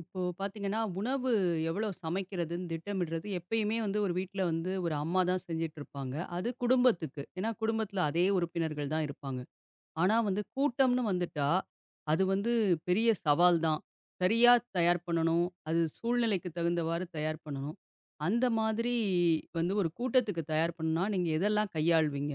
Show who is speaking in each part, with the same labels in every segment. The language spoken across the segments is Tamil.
Speaker 1: இப்போ பார்த்தீங்கன்னா, உணவு எவ்வளோ சமைக்கிறதுன்னு திட்டமிடுறது எப்பயுமே வந்து ஒரு வீட்ல வந்து ஒரு அம்மா தான் செஞ்சுட்டுருப்பாங்க. அது குடும்பத்துக்கு. ஏன்னா குடும்பத்தில அதே உறுப்பினர்கள் தான் இருப்பாங்க. ஆனா வந்து கூட்டம்னு வந்துட்டா, அது வந்து பெரிய சவால் தான். சரியா தயார் பண்ணணும். அது சூழ்நிலைக்கு தகுந்தவாறு தயார் பண்ணணும். அந்த மாதிரி வந்து ஒரு கூட்டத்துக்கு தயார் பண்ணா, நீங்க எதெல்லாம் கையாளுவீங்க?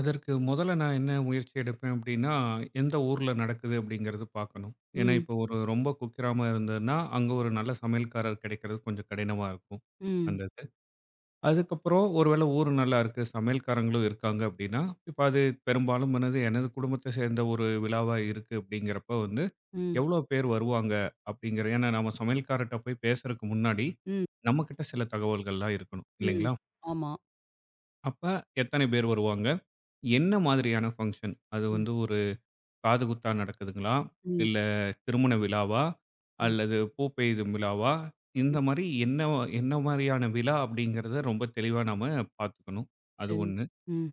Speaker 2: அதற்கு முதல்ல நான் என்ன முயற்சி எடுப்பேன் அப்படின்னா, எந்த ஊர்ல நடக்குது அப்படிங்கிறது பார்க்கணும். ஏன்னா,
Speaker 1: ம்.
Speaker 2: இப்போ ஒரு ரொம்ப குக்கிராமம் இருந்ததுன்னா, அங்க ஒரு நல்ல சமையல்காரர் கிடைக்கிறது கொஞ்சம் கடினமா இருக்கும்.
Speaker 1: ம்.
Speaker 2: அந்த இது. அதுக்கப்புறம் ஒருவேளை ஊர் நல்லா இருக்கு, சமையல்காரங்களும் இருக்காங்க அப்படின்னா, இப்போ அது பெரும்பாலும் என்னது எனது குடும்பத்தை சேர்ந்த ஒரு விழாவா இருக்கு அப்படிங்கிறப்ப வந்து,
Speaker 1: ம்.
Speaker 2: எவ்வளோ பேர் வருவாங்க அப்படிங்கிற ஏன்னா நம்ம சமையல்காரர்ட்ட போய் பேசுறதுக்கு முன்னாடி,
Speaker 1: ம்.
Speaker 2: நம்மகிட்ட சில தகவல்கள்லாம் இருக்கணும்
Speaker 1: ம்.
Speaker 2: இல்லைங்களா?
Speaker 1: ஆமா.
Speaker 2: அப்ப எத்தனை பேர் வருவாங்க? என்ன மாதிரியான ஃபங்ஷன்? அது
Speaker 1: ம்.
Speaker 2: வந்து காதுகுத்தா நடக்குதுங்களா?
Speaker 1: ம்.
Speaker 2: இல்ல திருமண விழாவா?
Speaker 1: ம்.
Speaker 2: அல்லது பூ பெய்தும் விழாவா? இந்த
Speaker 1: ம்.
Speaker 2: மாரி என்ன என்ன மாரியான விழா அப்படிங்கிறத ரொம்ப தெளிவா நாம பார்த்துக்கணும். அது
Speaker 1: சரி.
Speaker 2: 1.
Speaker 1: ம்.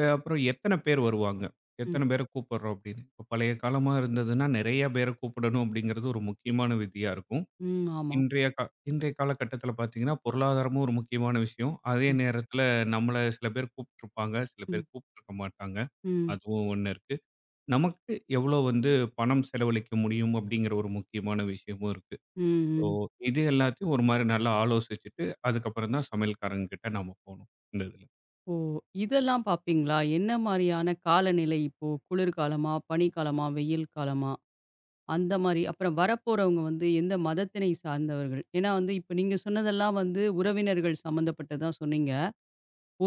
Speaker 2: அப்புறம் எத்தன பேர் வருவாங்க?
Speaker 1: ம்.
Speaker 2: எத்தன பேர கூப்பிடுறோம் அப்படின்னு. இப்ப பழைய காலமா இருந்ததுன்னா, நெறைய பேர கூப்பிடணும் அப்படிங்கிறது ஒரு முக்கியமான விதியா இருக்கும்.
Speaker 1: ம். ஆமா.
Speaker 2: இன்றைய கா இன்றைய காலகட்டத்தில பார்த்தீங்கன்னா, பொருளாதாரமும் ஒரு முக்கியமான விஷயம். அதே நேரத்தில நம்மள சில பேர் கூப்பிட்டுருப்பாங்க, சில
Speaker 1: ம்.
Speaker 2: பேர் கூப்பிட்டுருக்க மாட்டாங்க.
Speaker 1: ம்.
Speaker 2: அதுவும் 1 இருக்கு. நமக்கு எவ்வளோ வந்து பணம் செலவழிக்க முடியும் அப்படிங்கிற ஒரு முக்கியமான விஷயமும் இருக்கு.
Speaker 1: ம். ம்.
Speaker 2: இது எல்லாத்தையும் ஒரு மாரி நல்லா ஆலோசிச்சுட்டு, அதுக்கப்புறம் தான் சமையல்காரங்க கிட்ட நாம போணும், இந்த இதுல.
Speaker 1: ஓ! இதெல்லாம் பார்ப்பீங்களா? என்ன மாரியான காலநிலை இப்போ? குளிர்காலமா? பனிக்காலமா? வெயில் காலமா? அந்த மாரி. அப்புறம் வரப்போறவங்க வந்து எந்த மதத்தினை சார்ந்தவர்கள்? ஏன்னா வந்து இப்ப நீங்க சொன்னதெல்லாம் வந்து உறவினர்கள் சம்மந்தப்பட்டதா சொன்னீங்க.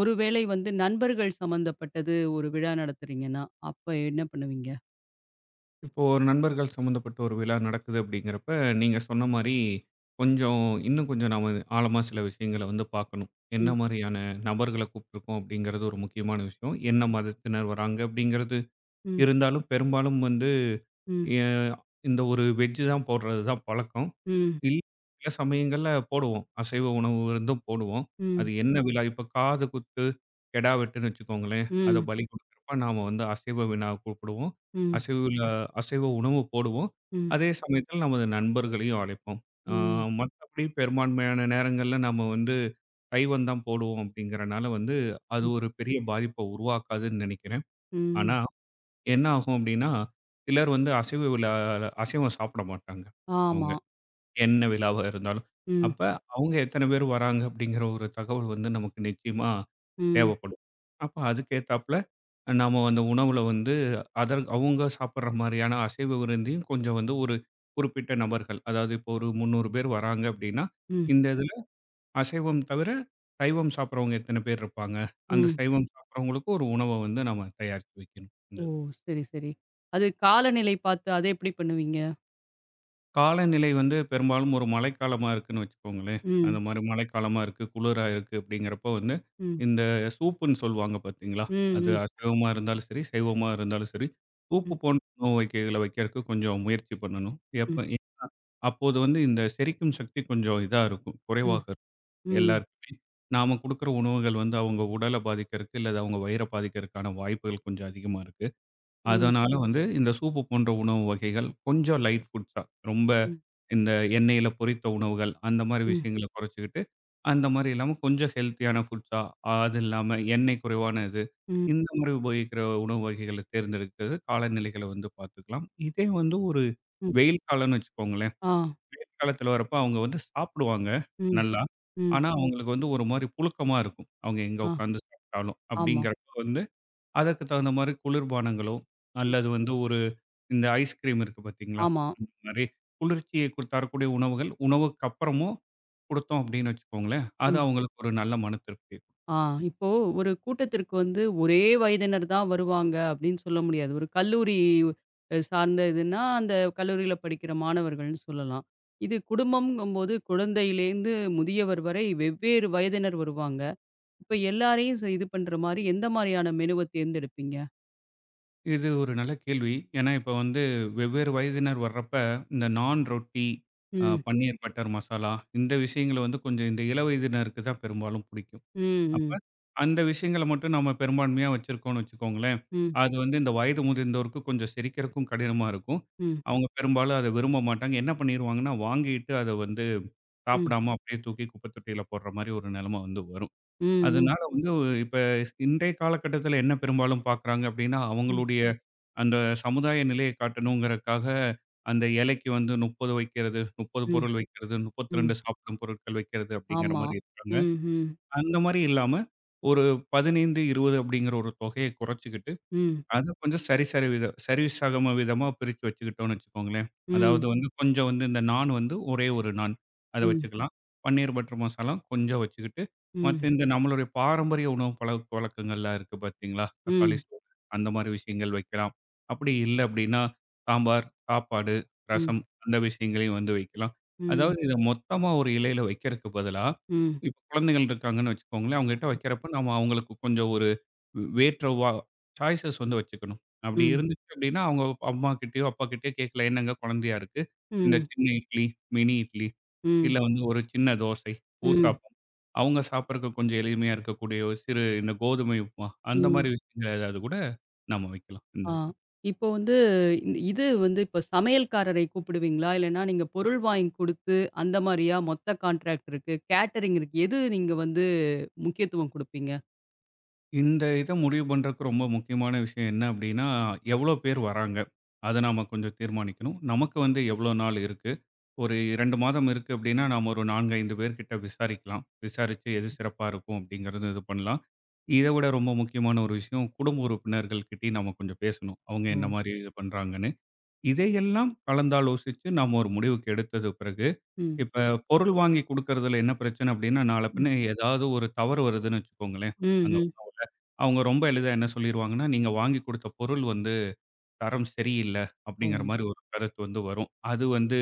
Speaker 1: ஒருவேளை வந்து நண்பர்கள் சம்மந்தப்பட்டது ஒரு விழா நடத்துறீங்கன்னா, அப்ப என்ன பண்ணுவீங்க?
Speaker 2: இப்போ ஒரு நண்பர்கள் சம்மந்தப்பட்ட ஒரு விழா நடக்குது அப்படிங்கிறப்ப, நீங்க சொன்ன மாரி கொஞ்சம் இன்னும் கொஞ்சம் நாம ஆழமா சில விஷயங்கள வந்து பார்க்கணும். என்ன
Speaker 1: ம்.
Speaker 2: மாரியான நபர்கள கூப்பிட்டுருக்கோம் அப்படிங்கிறது ஒரு முக்கியமான விஷயம். என்ன மதத்தினர் வராங்க அப்படிங்கிறது
Speaker 1: ம்.
Speaker 2: இருந்தாலும் பெரும்பாலும் வந்து
Speaker 1: ம்.
Speaker 2: எ இந்த ஒரு வெஜ் தான் போடுறது தான் பழக்கம்.
Speaker 1: ம்.
Speaker 2: இல் சில சமயங்கள்ல போடுவோம். அசைவ உணவு விருந்தும் போடுவோம்.
Speaker 1: ம்.
Speaker 2: அது என்ன விழா இப்ப காது குத்து, கெடா வெட்டுன்னு வச்சுக்கோங்களேன். அத
Speaker 1: ம்.
Speaker 2: பலி குடுக்குறப்ப நாம வந்து அசைவ விழா கூப்பிடுவோம்.
Speaker 1: ம்.
Speaker 2: அசைவ விழா அசைவ உணவு போடுவோம்.
Speaker 1: ம்.
Speaker 2: அதே சமயத்தில நமது நண்பர்களையும் அழைப்போம். ஆ
Speaker 1: ம்.
Speaker 2: மத்தபடி பெரும்பான்மையான நேரங்கள்ல நம்ம வந்து கைவண்ணம் தான் போடுவோம் அப்படிங்கிறனால வந்து அது
Speaker 1: ம்.
Speaker 2: ஒரு பெரிய பாதிப்ப உருவாக்காதுன்னு நெனைக்கிறேன். ஆனா
Speaker 1: ம்.
Speaker 2: என்ன ஆகும் அப்படின்னா, சிலர் வந்து அசைவ விழால அசைவம் சாப்பிட மாட்டாங்க. அவுங்க.
Speaker 1: ஆமா.
Speaker 2: என்ன விழாவா இருந்தாலும்.
Speaker 1: ம்.
Speaker 2: அப்ப அவங்க எத்தன பேர் வராங்க அப்படிங்கிற ஒரு தகவல் வந்து நமக்கு நிச்சயமா
Speaker 1: ம்.
Speaker 2: தேவைப்படும். அப்ப அதுக்கு ஏத்தாப்புல நாம அந்த உணவுல வந்து அதர் அவங்க சாப்பிடுற மாரியான அசைவ விருந்தையும் கொஞ்சம் வந்து ஒரு குறிப்பிட்ட நபர்கள், அதாவது இப்போ ஒரு 300 பேர் வராங்க அப்படின்னா,
Speaker 1: ம்.
Speaker 2: இந்த இதுல அசைவம் தவிர சைவம் சாப்பிடுறவங்க எத்தன பேர் இருப்பாங்க? அந்த
Speaker 1: ம்.
Speaker 2: சைவம் சாப்பிடுறவங்களுக்கு ஒரு உணவ வந்து நம்ம தயாரிச்சு வைக்கணும். இந்த
Speaker 1: ஓ! சரி, சரி. அது காலநிலை பார்த்து அத எப்படி பண்ணுவீங்க?
Speaker 2: காலநிலை வந்து பெரும்பாலும் ஒரு மழைக்காலமா இருக்குன்னு வச்சுக்கோங்களேன். அந்த
Speaker 1: ம்.
Speaker 2: மாரி மழைக்காலமா இருக்கு, குளிரா இருக்கு அப்படிங்கிறப்போ வந்து,
Speaker 1: ம்.
Speaker 2: இந்த சூப்புன்னு சொல்லுவாங்க பார்த்தீங்களா?
Speaker 1: ம்.
Speaker 2: அது
Speaker 1: ம்.
Speaker 2: அசைவமா இருந்தாலும் சரி, சைவமா இருந்தாலும் சரி, சூப்பு
Speaker 1: ம்.
Speaker 2: போன்ற உணவு வகைகள வைக்கிறதுக்கு கொஞ்சம் முயற்சி பண்ணணும். எப்ப
Speaker 1: ம்.
Speaker 2: அப்போது வந்து இந்த செரிக்கும் சக்தி கொஞ்சம் இதா இருக்கும்,
Speaker 1: ம்.
Speaker 2: குறைவாக இருக்கும்
Speaker 1: ம்.
Speaker 2: எல்லாருக்குமே. நாம குடுக்குற உணவுகள் வந்து அவங்க உடல பாதிக்கிறதுக்கு, இல்ல அவங்க வயிற பாதிக்கிறதுக்கான வாய்ப்புகள் கொஞ்சம் அதிகமா இருக்கு.
Speaker 1: ம்.
Speaker 2: அதனால வந்து இந்த சூப்பு போன்ற உணவு வகைகள் கொஞ்சம் லைட் ஃபுட்ஸா, ரொம்ப
Speaker 1: ம்.
Speaker 2: இந்த எண்ணெயில பொரித்த உணவுகள் அந்த மாரி
Speaker 1: ம்.
Speaker 2: விஷயங்கள குறைச்சுக்கிட்டு, அந்த மாரி இல்லாம கொஞ்சம் ஹெல்த்தியான ஃபுட்ஸா, அது இல்லாம எண்ணெய் குறைவான இது,
Speaker 1: ம்.
Speaker 2: இந்த மாரி உபயோகிக்கிற உணவு வகைகள தேர்ந்தெடுக்கிறது காலநிலைகள வந்து பார்த்துக்கலாம். இதே வந்து ஒரு
Speaker 1: ம்.
Speaker 2: வெயில் காலம்னு வச்சுக்கோங்களேன்,
Speaker 1: ஆ.
Speaker 2: வெயில் காலத்துல வரப்ப அவங்க வந்து சாப்பிடுவாங்க
Speaker 1: ம்.
Speaker 2: நல்லா.
Speaker 1: ம்.
Speaker 2: ஆனா, அவங்களுக்கு வந்து ஒரு மாரி புழுக்கமா இருக்கும். அவங்க எங்க
Speaker 1: ஆ.
Speaker 2: உட்காந்து சாப்பிட்டாலும்.
Speaker 1: ஆமா,
Speaker 2: அப்படிங்கிறப்ப வந்து அதற்கு தகுந்த மாரி குளிர்பானங்களோ, அல்லது வந்து ஒரு இந்த ஐஸ்கிரீம் இருக்கு பார்த்தீங்களா?
Speaker 1: ஆமா.
Speaker 2: அந்த மாரி குளிர்ச்சியை கு தரக்கூடிய உணவுகள், உணவுக்கு அப்புறமும் குடுத்தோம் அப்படின்னு வச்சுக்கோங்களேன், அது
Speaker 1: ம்.
Speaker 2: அவங்களுக்கு ஒரு நல்ல மன திருப்தி.
Speaker 1: ஆ. இப்போ ஒரு கூட்டத்திற்கு வந்து ஒரே வயதினர் தான் வருவாங்க அப்படின்னு சொல்ல முடியாது. ஒரு கல்லூரி சார்ந்த இதுன்னா, அந்த கல்லூரியில படிக்கிற மாணவர்கள்ன்னு சொல்லலாம். இது குடும்பம்ங்கும்போது குழந்தையிலேருந்து முதியவர் வரை வெவ்வேறு வயதினர் வருவாங்க. இப்ப எல்லாரையும் இது பண்ற மாரி எந்த மாரியான மெனுவ தேர்ந்தெடுப்பீங்க?
Speaker 2: இது ஒரு நல்ல கேள்வி. ஏன்னா, இப்ப வந்து வெவ்வேறு வயதினர் வர்றப்ப, இந்த நான் ரொட்டி,
Speaker 1: ம்.
Speaker 2: பன்னீர் பட்டர் மசாலா இந்த விஷயங்கள வந்து கொஞ்சம் இந்த இளவயதினருக்கு தான் பெரும்பாலும் பிடிக்கும்.
Speaker 1: ம்.
Speaker 2: அப்ப,
Speaker 1: ம்.
Speaker 2: அந்த விஷயங்கள மட்டும் நம்ம பெரும்பான்மையா வச்சிருக்கோம்னு வச்சுக்கோங்களேன்,
Speaker 1: ம்.
Speaker 2: அது வந்து இந்த வயது முதிர்ந்தோருக்கு கொஞ்சம் செரிக்கிறக்கும் கடினமா இருக்கும்.
Speaker 1: ம்.
Speaker 2: அவங்க பெரும்பாலும் அத விரும்ப மாட்டாங்க. என்ன பண்ணிருவாங்கன்னா, வாங்கிட்டு அத வந்து
Speaker 1: ம்.
Speaker 2: சாப்பிடாம அப்படியே தூக்கி குப்பை தொட்டியில போடுற மாரி ஒரு நிலைம வந்து வரும்.
Speaker 1: ம். ம்.
Speaker 2: அதனால வந்து இப்ப இன்றைய காலகட்டத்தில என்ன பெரும்பாலும் பார்க்குறாங்க அப்படின்னா,
Speaker 1: ம்.
Speaker 2: அவங்களுடைய அந்த சமுதாய நிலையை காட்டணுங்கிறக்காக அந்த இலைக்கு வந்து 30 வைக்கிறது, 30
Speaker 1: ம்.
Speaker 2: பொருள் வைக்கிறது,
Speaker 1: ம்.
Speaker 2: 32 சாப்பிடும் பொருட்கள் வைக்கிறது அப்படிங்கிற
Speaker 1: ஆமா.
Speaker 2: மாரி இருக்காங்க.
Speaker 1: ம். ம்.
Speaker 2: அந்த மாரி இல்லாம, ஒரு 15, 20 அப்படிங்கிற ஒரு தொகைய குறைச்சுக்கிட்டு,
Speaker 1: ம்.
Speaker 2: அது கொஞ்சம் சரிசரிவித சரிசம விதமா பிரிச்சு வச்சுக்கிட்டோம்னு வச்சுக்கோங்களேன். அதாவது
Speaker 1: ம்.
Speaker 2: வந்து கொஞ்சம் வந்து இந்த நாண் வந்து ஒரே ஒரு நாண். அத
Speaker 1: ம்.
Speaker 2: வச்சுக்கலாம். பன்னீர் பட்டர் மசாலா கொஞ்சம் வச்சுக்கிட்டு, மத்த
Speaker 1: ம்.
Speaker 2: இந்த நம்மளுடைய பாரம்பரிய உணவு பழக்கவழக்கங்கள்லாம் இருக்கு பார்த்தீங்களா? தக்காளி
Speaker 1: ம்.
Speaker 2: சோறு அந்த மாரி விஷயங்கள் வைக்கலாம். அப்படி இல்ல அப்படின்னா, சாம்பார், சாப்பாடு,
Speaker 1: ம்.
Speaker 2: ரசம் அந்த விஷயங்களையும் வந்து வைக்கலாம்.
Speaker 1: ம்.
Speaker 2: அதாவது இத மொத்தமா ஒரு இலையில வைக்கிறதுக்கு பதிலா,
Speaker 1: ம்.
Speaker 2: இப்ப குழந்தைகள் இருக்காங்கன்னு வச்சுக்கோங்களேன், அவங்ககிட்ட வைக்கிறப்ப நம்ம அவங்களுக்கு கொஞ்சம் ஒரு வேற்றவா சாய்ஸஸ் வந்து வச்சுக்கணும். அப்படி
Speaker 1: ம்.
Speaker 2: இருந்துச்சு அப்படின்னா, அவங்க அம்மாகிட்டயோ, அப்பாகிட்டயோ கேட்கல. "என்னங்க குழந்தையா இருக்கு. இந்த
Speaker 1: ம்.
Speaker 2: சின்ன இட்லி, மினி இட்லி,
Speaker 1: ம்.
Speaker 2: இல்ல வந்து ஒரு சின்ன தோசை,
Speaker 1: ம்.
Speaker 2: ஊத்தாப்பம்." அவங்க சாப்பிடறக்கு கொஞ்சம் எளிமையா இருக்கக்கூடிய ஒரு சிறு இந்த கோதுமை உப்புமா, அந்த
Speaker 1: ம்.
Speaker 2: மாரி விஷயங்கள் ஏதாவது கூட நம்ம வைக்கலாம். இந்த
Speaker 1: ஆ. இப்போ வந்து இது வந்து இப்ப சமையல்காரரை கூப்பிடுவீங்களா? இல்லன்னா நீங்க பொருள் வாங்கி குடுத்து அந்த மாரியா? மொத்த கான்ட்ராக்ட் இருக்கு. கேட்டரிங் இருக்கு. எது நீங்க வந்து முக்கியத்துவம் குடுப்பீங்க?
Speaker 2: இந்த இத முடிவு பண்றதுக்கு ரொம்ப முக்கியமான விஷயம் என்ன அப்படின்னா, எவ்வளோ பேர் வராங்க? அத நாம கொஞ்சம் தீர்மானிக்கணும். நமக்கு வந்து எவ்வளோ நாள் இருக்கு? ஒரு 2 மாதம் இருக்கு அப்படின்னா, நாம ஒரு 4, 5 பேர்கிட்ட விசாரிக்கலாம். விசாரிச்சு எது சிறப்பா இருக்கும் அப்படிங்கிறது இது பண்ணலாம். இத விட ரொம்ப முக்கியமான ஒரு விஷயம், குடும்ப உறுப்பினர்கள் கிட்டயும் நாம கொஞ்சம் பேசணும். அவங்க என்ன
Speaker 1: ஓ!
Speaker 2: மாரி இது பண்றாங்கன்னு. இதையெல்லாம் கலந்தாலோசிச்சு நாம ஒரு முடிவுக்கு எடுத்தது பிறகு,
Speaker 1: ம்.
Speaker 2: இப்ப பொருள் வாங்கி குடுக்கறதுல என்ன பிரச்சனை அப்படின்னா, நாள
Speaker 1: ம்,
Speaker 2: பின்ன ஏதாவது ஒரு தவறு வருதுன்னு வச்சுக்கோங்களேன்.
Speaker 1: ம், ம்.
Speaker 2: அவங்க ரொம்ப எளிதா என்ன சொல்லிருவாங்கன்னா, "நீங்க வாங்கி குடுத்த பொருள் வந்து தரம் சரியில்ல."
Speaker 1: ஓ!
Speaker 2: அப்படிங்கிற மாரி ஒரு கருத்து வந்து வரும். அது வந்து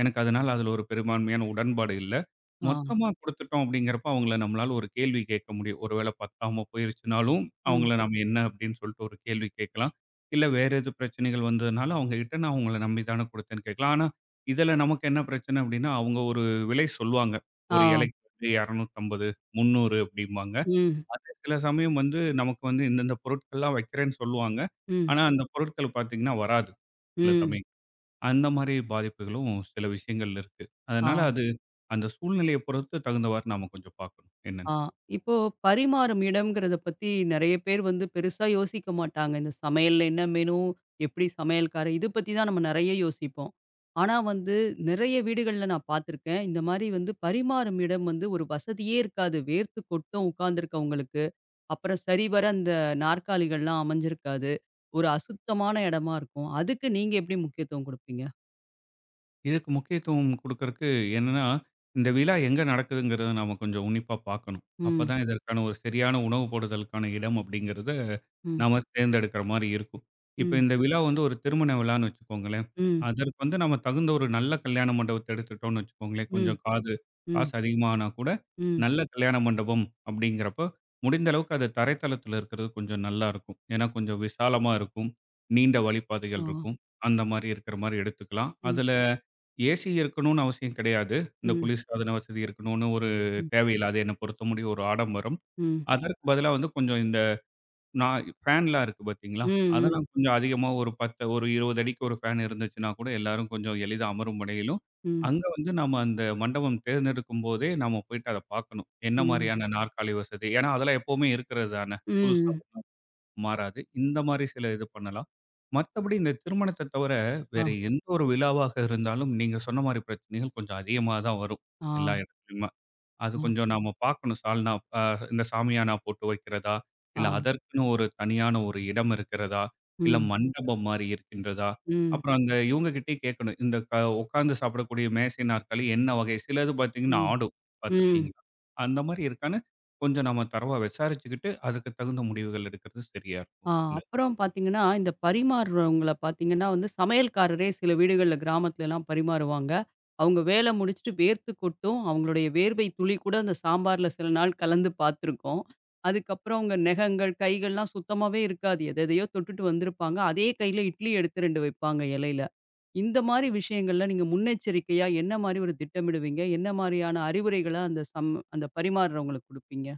Speaker 2: எனக்கு அதனால அதுல ஒரு பெரும்பான்மையான உடன்பாடு இல்ல.
Speaker 1: ஆ,
Speaker 2: மொத்தமா குடுத்துட்டோம் அப்படிங்கிறப்ப அவங்கள நம்மளால ஒரு கேள்வி கேட்க முடியும். ஒருவேள பத்தாம போயிருச்சுனாலும்,
Speaker 1: ம்.
Speaker 2: அவங்கள நம்ம என்ன அப்படின்னு சொல்லிட்டு ஒரு கேள்வி கேட்கலாம். இல்ல வேற எது பிரச்சனைகள் வந்ததுனால அவங்க கிட்ட நான் உங்கள நம்பி தானே குடுத்தேன்னு கேட்கலாம். ஆனா, இதுல நமக்கு என்ன பிரச்சனை அப்படின்னா, அவங்க ஒரு விலை சொல்லுவாங்க.
Speaker 1: ஆ,
Speaker 2: ஒரு இலைக்கு வந்து 250, 300 அப்படிம்பாங்க.
Speaker 1: ம்,
Speaker 2: அது சில சமயம் வந்து நமக்கு வந்து இந்தந்த பொருட்கள்லாம் வைக்கிறேன்னு சொல்லுவாங்க.
Speaker 1: ம்,
Speaker 2: ஆனா, அந்த பொருட்கள் பார்த்தீங்கன்னா வராது. சில
Speaker 1: ம்.
Speaker 2: சமயம். அந்த மாரி பாதிப்புகளும் சில விஷயங்கள் இருக்கு.
Speaker 1: ஆ,
Speaker 2: அதனால அது அந்த சூழ்நிலைய பொறுத்து தகுந்தவாறு நாம கொஞ்சம் பார்க்கணும். என்னன்னு
Speaker 1: ஆ.
Speaker 2: சொல்லி.
Speaker 1: இப்போ பரிமாறும் இடம்ங்கிறத பத்தி நெறைய பேர் வந்து பெருசா யோசிக்க மாட்டாங்க. இந்த சமையல்ல என்ன மெனு? எப்படி சமையல்காரர்? இது பத்தி தான் நம்ம நெறைய யோசிப்போம். ஆனா வந்து நெறைய வீடுகள்ல நான் பார்த்துருக்கேன். இந்த மாரி வந்து பரிமாறும் இடம் வந்து ஒரு வசதியே இருக்காது. வேர்த்து கொட்டும் உட்கார்ந்துருக்கவங்களுக்கு. அப்புறம் சரிவர அந்த நாற்காலிகள்லாம் அமைஞ்சிருக்காது. ஒரு அசுத்தமான இடமா இருக்கும். அதுக்கு நீங்க எப்படி முக்கியத்துவம் குடுப்பீங்க?
Speaker 2: இதுக்கு முக்கியத்துவம் குடுக்கறக்கு என்னன்னா, இந்த விழா எங்க நடக்குதுங்கிறத நாம கொஞ்சம் உன்னிப்பா பார்க்கணும்.
Speaker 1: ம்,
Speaker 2: அப்பதான் இதற்கான ஒரு சரியான உணவு போடுதலுக்கான இடம் அப்படிங்கிறத
Speaker 1: ம்.
Speaker 2: நாம தேர்ந்தெடுக்கிற மாரி இருக்கும். இப்ப
Speaker 1: ம்,
Speaker 2: இந்த விழா வந்து ஒரு திருமண விழான்னு வச்சுக்கோங்களேன்.
Speaker 1: ம்,
Speaker 2: அதற்கு வந்து நம்ம தகுந்த ஒரு நல்ல கல்யாண மண்டபத்த எடுத்துட்டோம்னு வச்சுக்கோங்களேன்.
Speaker 1: ம்,
Speaker 2: கொஞ்சம் காது காசு
Speaker 1: ம்,
Speaker 2: அதிகமா ஆனா கூட,
Speaker 1: ம்.
Speaker 2: நல்ல கல்யாண மண்டபம் அப்படிங்கிறப்போ, முடிந்த அளவுக்கு அது தரைத்தளத்தில இருக்கிறது கொஞ்சம் நல்லா இருக்கும். ஏன்னா கொஞ்சம் விசாலமா இருக்கும். நீண்ட
Speaker 1: ஓ!
Speaker 2: வழிப்பாதைகள் இருக்கும். அந்த மாரி இருக்கிற மாரி எடுத்துக்கலாம்.
Speaker 1: ம்,
Speaker 2: அதுல ஏசி இருக்கணும்னு அவசியம் கிடையாது. இந்த
Speaker 1: ம்,
Speaker 2: குளிர்சாதன வசதி இருக்கணும்னு ஒரு
Speaker 1: ம்,
Speaker 2: தேவையில்ல. அது என்ன பொறுத்தமுடிய ஒரு ஆடம்பரம்.
Speaker 1: ம்,
Speaker 2: அதற்கு பதிலா வந்து கொஞ்சம் நான் ஃபேன்லாம் இருக்கு பார்த்தீங்களா?
Speaker 1: ம், ம்,
Speaker 2: அதெல்லாம் கொஞ்சம் அதிகமா ஒரு 10 ஒரு 20 அடிக்கு ஒரு ஃபேன் இருந்துச்சுன்னா கூட எல்லாரும் கொஞ்சம் எளிதா அமரும் வகையிலும்,
Speaker 1: ம்,
Speaker 2: அங்க வந்து நம்ம அந்த மண்டபம் தேர்ந்தெடுக்கும்போதே நாம போயிட்டு அத பார்க்கணும். என்ன
Speaker 1: ம்,
Speaker 2: மாரியான நாற்காலி வசதி? ஏன்னா அதெல்லாம் எப்பவுமே இருக்கிறது தானே! புதுசா
Speaker 1: ம்.
Speaker 2: ஒண்ணும் மாறாது. இந்த மாரி சில இது பண்ணலாம். மத்தபடி இந்த திருமணத்த தவிர
Speaker 1: ஆ,
Speaker 2: வேற எந்த ஒரு விழாவாக இருந்தாலும், நீங்க சொன்ன மாரி பிரச்சனைகள் கொஞ்சம் அதிகமா தான் வரும்.
Speaker 1: ஆ,
Speaker 2: எல்லா இடத்துலயும். அது
Speaker 1: ஆ,
Speaker 2: கொஞ்சம் நாம பார்க்கணும். சால்னா அ இந்த சாமியானா போட்டு வைக்கிறதா?
Speaker 1: ஆ.
Speaker 2: இல்ல அதற்குன்னு ஒரு தனியான ஒரு இடம் இருக்கிறதா? இல்ல
Speaker 1: ம்,
Speaker 2: மண்டபம் மாரி இருக்கின்றதா?
Speaker 1: ம்,
Speaker 2: அப்புறம் அந்த இவங்க கிட்டயே கேட்கணும். இந்த க உட்கார்ந்து சாப்பிடக்கூடிய மேசை, நாற்காலி என்ன வகை? சிலது பார்த்தீங்கன்னா
Speaker 1: ம்,
Speaker 2: ஆடும்.
Speaker 1: ம்.
Speaker 2: பார்த்துருக்கீங்களா? அந்த மாரி இருக்கான்னு கொஞ்சம் நம்ம தரவா விசாரிச்சுக்கிட்டு, அதுக்கு தகுந்த முடிவுகள் எடுக்கிறது சரியா இருக்கும்.
Speaker 1: ஆ. அப்புறம் பார்த்தீங்கன்னா, இந்த பரிமாறுறவங்கள பார்த்தீங்கன்னா வந்து சமையல்காரரே சில வீடுகள்ல கிராமத்துலலாம் பரிமாறுவாங்க. அவங்க வேல முடிச்சுட்டு வேர்த்து கொட்டும். அவங்களுடைய வேர்வை துளி கூட அந்த சாம்பார்ல சில நாள் கலந்து பார்த்துருக்கோம். அதுக்கப்புறம் அவங்க நெகங்கள், கைகள்லாம் சுத்தமாவே இருக்காது. எதெதையோ தொட்டுட்டு வந்திருப்பாங்க. அதே கையில இட்லி எடுத்து 2 வைப்பாங்க இலையில. இந்த மாரி விஷயங்கள்ல நீங்க முன்னெச்சரிக்கையா என்ன மாரி ஒரு திட்டமிடுவீங்க? என்ன மாரியான அறிவுரைகள அந்த பரிமாறுறவங்களுக்கு குடுப்பீங்க?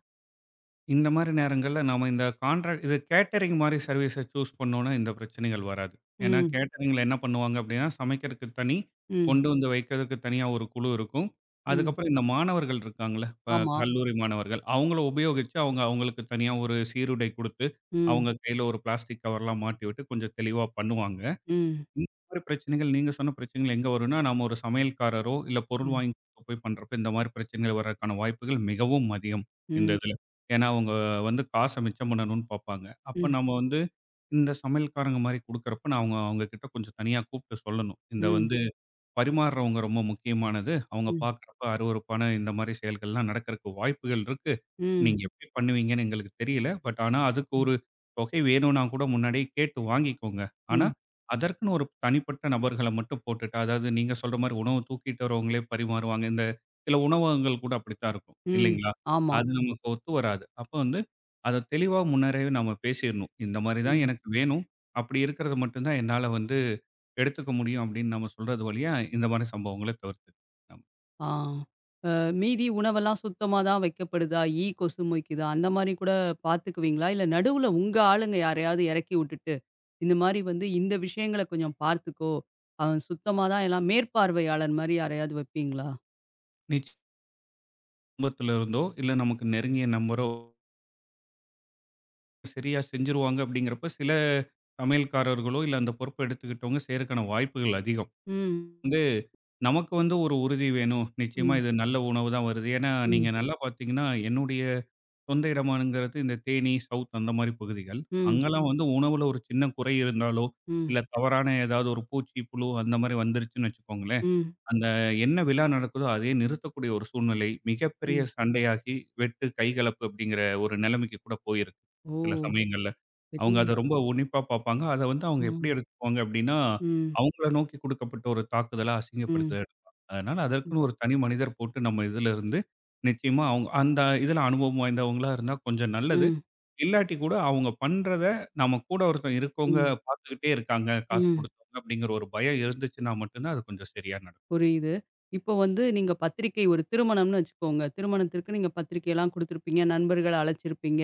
Speaker 2: இந்த மாரி நேரங்கள்ல நாம இந்த கான்ட்ராக்ட் இது கேட்டரிங் மாரி சர்வீஸ சூஸ் பண்ணோம்னா இந்த பிரச்சனைகள் வராது. ஏன்னா
Speaker 1: ம்,
Speaker 2: கேட்டரிங்ல என்ன பண்ணுவாங்க அப்டின்னா, சமைக்கிறதுக்கு தனி,
Speaker 1: ம்,
Speaker 2: கொண்டு வந்து வைக்கிறதுக்கு தனியா ஒரு குழு இருக்கும்.
Speaker 1: ம்.
Speaker 2: அதுக்கப்புறம் இந்த மாணவர்கள் இருக்காங்கல்ல, இப்ப
Speaker 1: ஆமா.
Speaker 2: கல்லூரி மாணவர்கள். அவங்கள உபயோகிச்சு அவங்க அவங்களுக்கு தனியா ஒரு சீருடை குடுத்து,
Speaker 1: ம்,
Speaker 2: அவங்க கையில ஒரு பிளாஸ்டிக் கவர்லாம் மாட்டி விட்டு கொஞ்சம் தெளிவா பண்ணுவாங்க.
Speaker 1: ம்.
Speaker 2: இந்த மாரி பிரச்சனைகள் நீங்க சொன்ன பிரச்சனைகள் எங்க வரும்னா, நாம ஒரு சமையல்காரரோ, இல்ல பொருள்
Speaker 1: ம்.
Speaker 2: வாங்கி கொடுக்க போய் பண்றப்ப இந்த மாரி பிரச்சனைகள் வர்றதுக்கான வாய்ப்புகள் மிகவும் அதிகம், இந்த
Speaker 1: ம்.
Speaker 2: இதுல. ஏன்னா, அவங்க வந்து காச மிச்சம் பண்ணணும்னு பாப்பாங்க. அப்ப
Speaker 1: ம்.
Speaker 2: நம்ம வந்து இந்த சமையல்காரங்க மாரி குடுக்குறப்ப, நான் அவங்க அவங்க கிட்ட கொஞ்சம் தனியா கூப்ட்டு சொல்லணும். இந்த
Speaker 1: ம்.
Speaker 2: வந்து பரிமாறுறவங்க ரொம்ப முக்கியமானது. அவங்க
Speaker 1: ம்.
Speaker 2: பார்க்குறப்ப அருவருப்பான இந்த மாரி செயல்கள்லாம் நடக்கறக்கு வாய்ப்புகள் இருக்கு.
Speaker 1: ம்.
Speaker 2: நீங்க எப்படி பண்ணுவீங்கன்னு எங்களுக்கு தெரியல. பட் ஆனா அதுக்கு
Speaker 1: ம்.
Speaker 2: ஒரு தொகை வேணும்னா கூட முன்னாடியே கேட்டு வாங்கிக்கோங்க. ஆனா
Speaker 1: ம்.
Speaker 2: அதற்குன்னு ஒரு தனிப்பட்ட நபர்கள மட்டும் போட்டுட்டு, அதாவது நீங்க சொல்ற மாரி உணவு தூக்கிட்டு வரவங்களே பரிமாறுவாங்க. இந்த சில உணவகங்கள் கூட அப்படித்தான் இருக்கும்
Speaker 1: ம்.
Speaker 2: இல்லைங்களா?
Speaker 1: ஆமா.
Speaker 2: அது நமக்கு ஒத்து வராது. அப்ப வந்து அத தெளிவா முன்னரே நம்ம பேசிறணும். இந்த மாரி தான்
Speaker 1: ம்.
Speaker 2: எனக்கு வேணும். அப்படி இருக்கிறது மட்டும் தான் என்னால வந்து எடுத்துக்க முடியும் அப்படின்னு நம்ம சொல்றது வழியா, இந்த மாரி சம்பவங்கள தவிர்த்துக்கலாம். நம்ம
Speaker 1: ஆ. அ மீதி உணவெல்லாம் சுத்தமா தான் வைக்கப்படுதா? ஈ கொசு மொய்க்குதா? அந்த மாரி கூட பார்த்துக்குவீங்களா? இல்ல நடுவுல உங்க ஆளுங்க யாரையாவது எறக்கி விட்டுட்டு, இந்த மாரி வந்து இந்த விஷயங்கள கொஞ்சம் பார்த்துக்கோ. அவன் சுத்தமா தான் எல்லாம் மேற்பார்வையாளர் மாரி யாரையாவது வைப்பீங்களா?
Speaker 2: நீச் குடும்பத்துல இருந்தோ, இல்ல நமக்கு நெருங்கிய நண்பரோ சரியா செஞ்சுருவாங்க அப்படிங்கிறப்ப, சில சமையல்காரர்களோ, இல்ல அந்த பொறுப்ப எடுத்துக்கிட்டவங்க செய்றதுக்கான வாய்ப்புகள் அதிகம்.
Speaker 1: ம்.
Speaker 2: வந்து நமக்கு வந்து ஒரு உறுதி வேணும். நிச்சயமா
Speaker 1: ம்.
Speaker 2: இது நல்ல உணவு தான் வருது. ஏன்னா நீங்க
Speaker 1: ம்.
Speaker 2: நல்லா பார்த்தீங்கன்னா, என்னுடைய சொந்த இடமாங்கிறது இந்த தேனி, சவுத் அந்த மாரி பகுதிகள்.
Speaker 1: ம்.
Speaker 2: அங்கலாம் வந்து உணவுல ஒரு சின்ன குறை இருந்தாலோ,
Speaker 1: ம்.
Speaker 2: இல்ல தவறான ஏதாவது ஒரு பூச்சி, புழு அந்த மாரி வந்துருச்சுன்னு வச்சுக்கோங்களேன்
Speaker 1: ம்.
Speaker 2: அந்த என்ன விழா நடக்குதோ, அதையே நிறுத்தக்கூடிய ஒரு சூழ்நிலை, மிகப்பெரிய
Speaker 1: ம்.
Speaker 2: சண்டையாகி, வெட்டு, கைகலப்பு அப்படிங்கிற ஒரு நிலைமைக்கு கூட போயிருக்கு.
Speaker 1: ஓ!
Speaker 2: சில சமயங்கள்ல. அவங்க
Speaker 1: பெரிய.
Speaker 2: அத ரொம்ப உன்னிப்பா பார்ப்பாங்க. அத வந்து அவங்க எப்படி
Speaker 1: ம்.
Speaker 2: எடுத்துக்குவாங்க அப்படின்னா,
Speaker 1: ம்.
Speaker 2: அவங்கள நோக்கி குடுக்கப்பட்ட ஒரு தாக்குதலா,
Speaker 1: ம்.
Speaker 2: அசிங்கப்படுத்ததா எடுப்பாங்க. அதனால
Speaker 1: ம்.
Speaker 2: அதற்குன்னு ஒரு தனி மனிதர் போட்டு நம்ம இதுல இருந்து, நிச்சயமா அவங்க அந்த இதுல அனுபவம் வாய்ந்தவங்களா இருந்தா கொஞ்சம் நல்லது.
Speaker 1: ம்.
Speaker 2: இல்லாட்டி கூட அவங்க பண்றத, நம்ம கூட ஒருத்தன் இருக்கவங்க
Speaker 1: ம்.
Speaker 2: பார்த்துக்கிட்டே இருக்காங்க, காசு
Speaker 1: ம்.
Speaker 2: குடுத்தவங்க அப்படிங்கிற ஒரு பயம் இருந்துச்சுன்னா மட்டும் தான், அது கொஞ்சம் சரியா நடக்கும்.
Speaker 1: புரியுது. இப்போ வந்து நீங்க பத்திரிக்கை ஒரு திருமணம்னு வச்சுக்கோங்க. திருமணத்திற்கு நீங்க பத்திரிக்கைலாம் குடுத்துருப்பீங்க. நண்பர்கள அழைச்சிருப்பீங்க.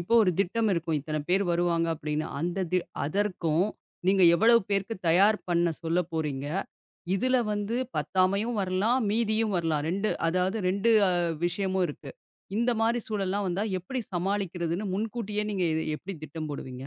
Speaker 1: இப்போ ஒரு திட்டம் இருக்கும். இத்தன பேர் வருவாங்க அப்படின்னு. அந்த தி அதற்கும் நீங்க எவ்வளவு பேருக்கு தயார் பண்ண சொல்ல போறீங்க? இதுல வந்து பத்தாமையும் வரலாம், மீதியும் வரலாம். 2 அதாவது 2 விஷயமும் இருக்கு. இந்த மாரி சூழல்லாம் வந்தா எப்படி சமாளிக்கிறதுன்னு முன்கூட்டியே நீங்க எப்படி திட்டம் போடுவீங்க?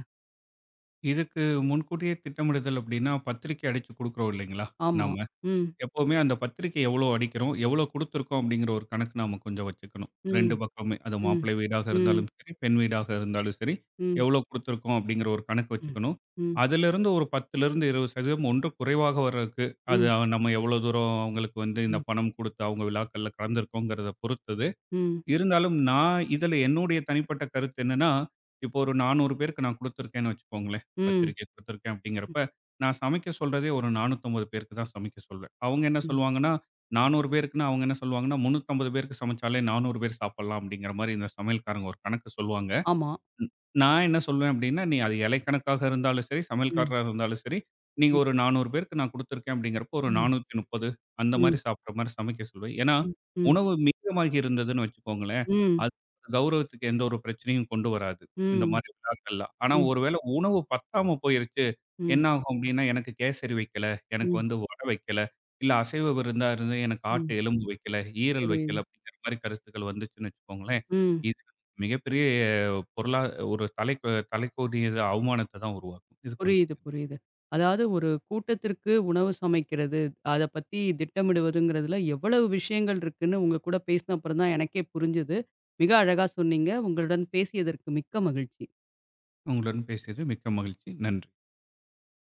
Speaker 2: இதுக்கு முன்கூட்டியே திட்டமிடுதல் அப்படின்னா, பத்திரிக்கை அடிச்சு குடுக்குறோம் இல்லைங்களா?
Speaker 1: ஆமா.
Speaker 2: நாம.
Speaker 1: ம்.
Speaker 2: எப்பவுமே அந்த பத்திரிக்கை எவ்வளோ அடிக்கிறோம், எவ்வளோ குடுத்துருக்கோம் அப்படிங்கிற ஒரு கணக்கு நாம கொஞ்சம் வச்சுக்கணும்.
Speaker 1: ம்.
Speaker 2: 2 பக்கமுமே. அது
Speaker 1: ம்.
Speaker 2: மாப்பிள்ளை வீடாக
Speaker 1: ம்.
Speaker 2: இருந்தாலும் சரி, பெண் வீடாக இருந்தாலும் சரி,
Speaker 1: ம்.
Speaker 2: எவ்வளோ குடுத்துருக்கோம் அப்படிங்கிற ஒரு கணக்கு
Speaker 1: ம்.
Speaker 2: வச்சுக்கணும்.
Speaker 1: ம்.
Speaker 2: அதிலிருந்து ஒரு 10லிருந்து 20% ஒன்று குறைவாக வர்றதுக்கு, அது
Speaker 1: ம்.
Speaker 2: அவ- நம்ம எவ்வளோ தூரம் அவங்களுக்கு வந்து இந்த
Speaker 1: ம்.
Speaker 2: பணம் குடுத்து அவங்க விழாக்கள்ல கலந்துருக்கோங்கிறத பொறுத்தது.
Speaker 1: ம்.
Speaker 2: இருந்தாலும் நான் இதில என்னுடைய தனிப்பட்ட கருத்து என்னன்னா, இப்போ ஒரு 400 பேருக்கு நான் குடுத்துருக்கேன்னு வச்சுக்கோங்களேன்.
Speaker 1: ம்.
Speaker 2: பத்திரிக்கை குடுத்துருக்கேன்
Speaker 1: ம்,
Speaker 2: அப்படிங்கிறப்ப, நான் சமைக்க சொல்றதே ஒரு 450 பேருக்கு தான் சமைக்க சொல்வேன். அவங்க என்ன
Speaker 1: ம்.
Speaker 2: சொல்லுவாங்கன்னா, 400 பேருக்குன்னா அவங்க என்ன சொல்லுவாங்கன்னா, 350 பேருக்கு சமைச்சாலே 400 பேர் சாப்பிடலாம் அப்படிங்கிற மாரி இந்த சமையல்காரங்க ஒரு கணக்கு சொல்லுவாங்க.
Speaker 1: ஆமா.
Speaker 2: ம். நான் என்ன சொல்லுவேன் அப்படின்னா, நீ அது இலைக்கணக்காக இருந்தாலும் சரி,
Speaker 1: ம்,
Speaker 2: சமையல்காரரா இருந்தாலும் சரி, நீங்க
Speaker 1: ம்,
Speaker 2: ஒரு 400 பேருக்கு நான் குடுத்துருக்கேன் அப்படிங்கிறப்போ, ஒரு
Speaker 1: ம்,
Speaker 2: 430 அந்த
Speaker 1: ம்,
Speaker 2: மாரி சாப்பிடுற மாரி சமைக்க சொல்லுவேன். ஏன்னா,
Speaker 1: ம், ம்,
Speaker 2: உணவு மீதமாகி இருந்ததுன்னு வச்சுக்கோங்களேன்,
Speaker 1: ம்,
Speaker 2: அது கௌரவத்துக்கு எந்த ஒரு பிரச்சனையும் கொண்டு வராது. இந்த
Speaker 1: ம்,
Speaker 2: மாரி விழாக்கள்லாம். ஆனா, ஒருவேளை உணவு பத்தாம போயிருச்சு,
Speaker 1: ம்,
Speaker 2: என்ன ஆகும் அப்படின்னா, எனக்கு கேசரி வைக்கல, எனக்கு
Speaker 1: ம்,
Speaker 2: வந்து வடை வைக்கல, இல்ல அசைவ விருந்தா இருந்து எனக்கு ஆட்டு
Speaker 1: ம்.
Speaker 2: எலும்பு வைக்கல, ஈரல்
Speaker 1: புரியுது.
Speaker 2: வைக்கல அப்படிங்கிற மாரி கருத்துக்கள் வந்துச்சுன்னு வச்சுக்கோங்களேன்,
Speaker 1: ம்.
Speaker 2: இது மிகப்பெரிய பொருளா ஒரு தலைக்கு தலைக்கு அவமானத்த தான் உருவாக்கும். இதுக்கு வந்து
Speaker 1: புரியுது, புரியுது. அதாவது ஒரு கூட்டத்திற்கு உணவு சமைக்கிறது, அத பத்தி திட்டமிடுவதுங்கிறதுல எவ்வளவு விஷயங்கள் இருக்குன்னு உங்க கூட பேசின அப்புறம் தான் எனக்கே புரிஞ்சது. மிக அழகா சொன்னீங்க. உங்களுடன் பேசியதற்கு மிக்க மகிழ்ச்சி.
Speaker 2: உங்களுடன் பேசியது மிக்க மகிழ்ச்சி. நன்றி.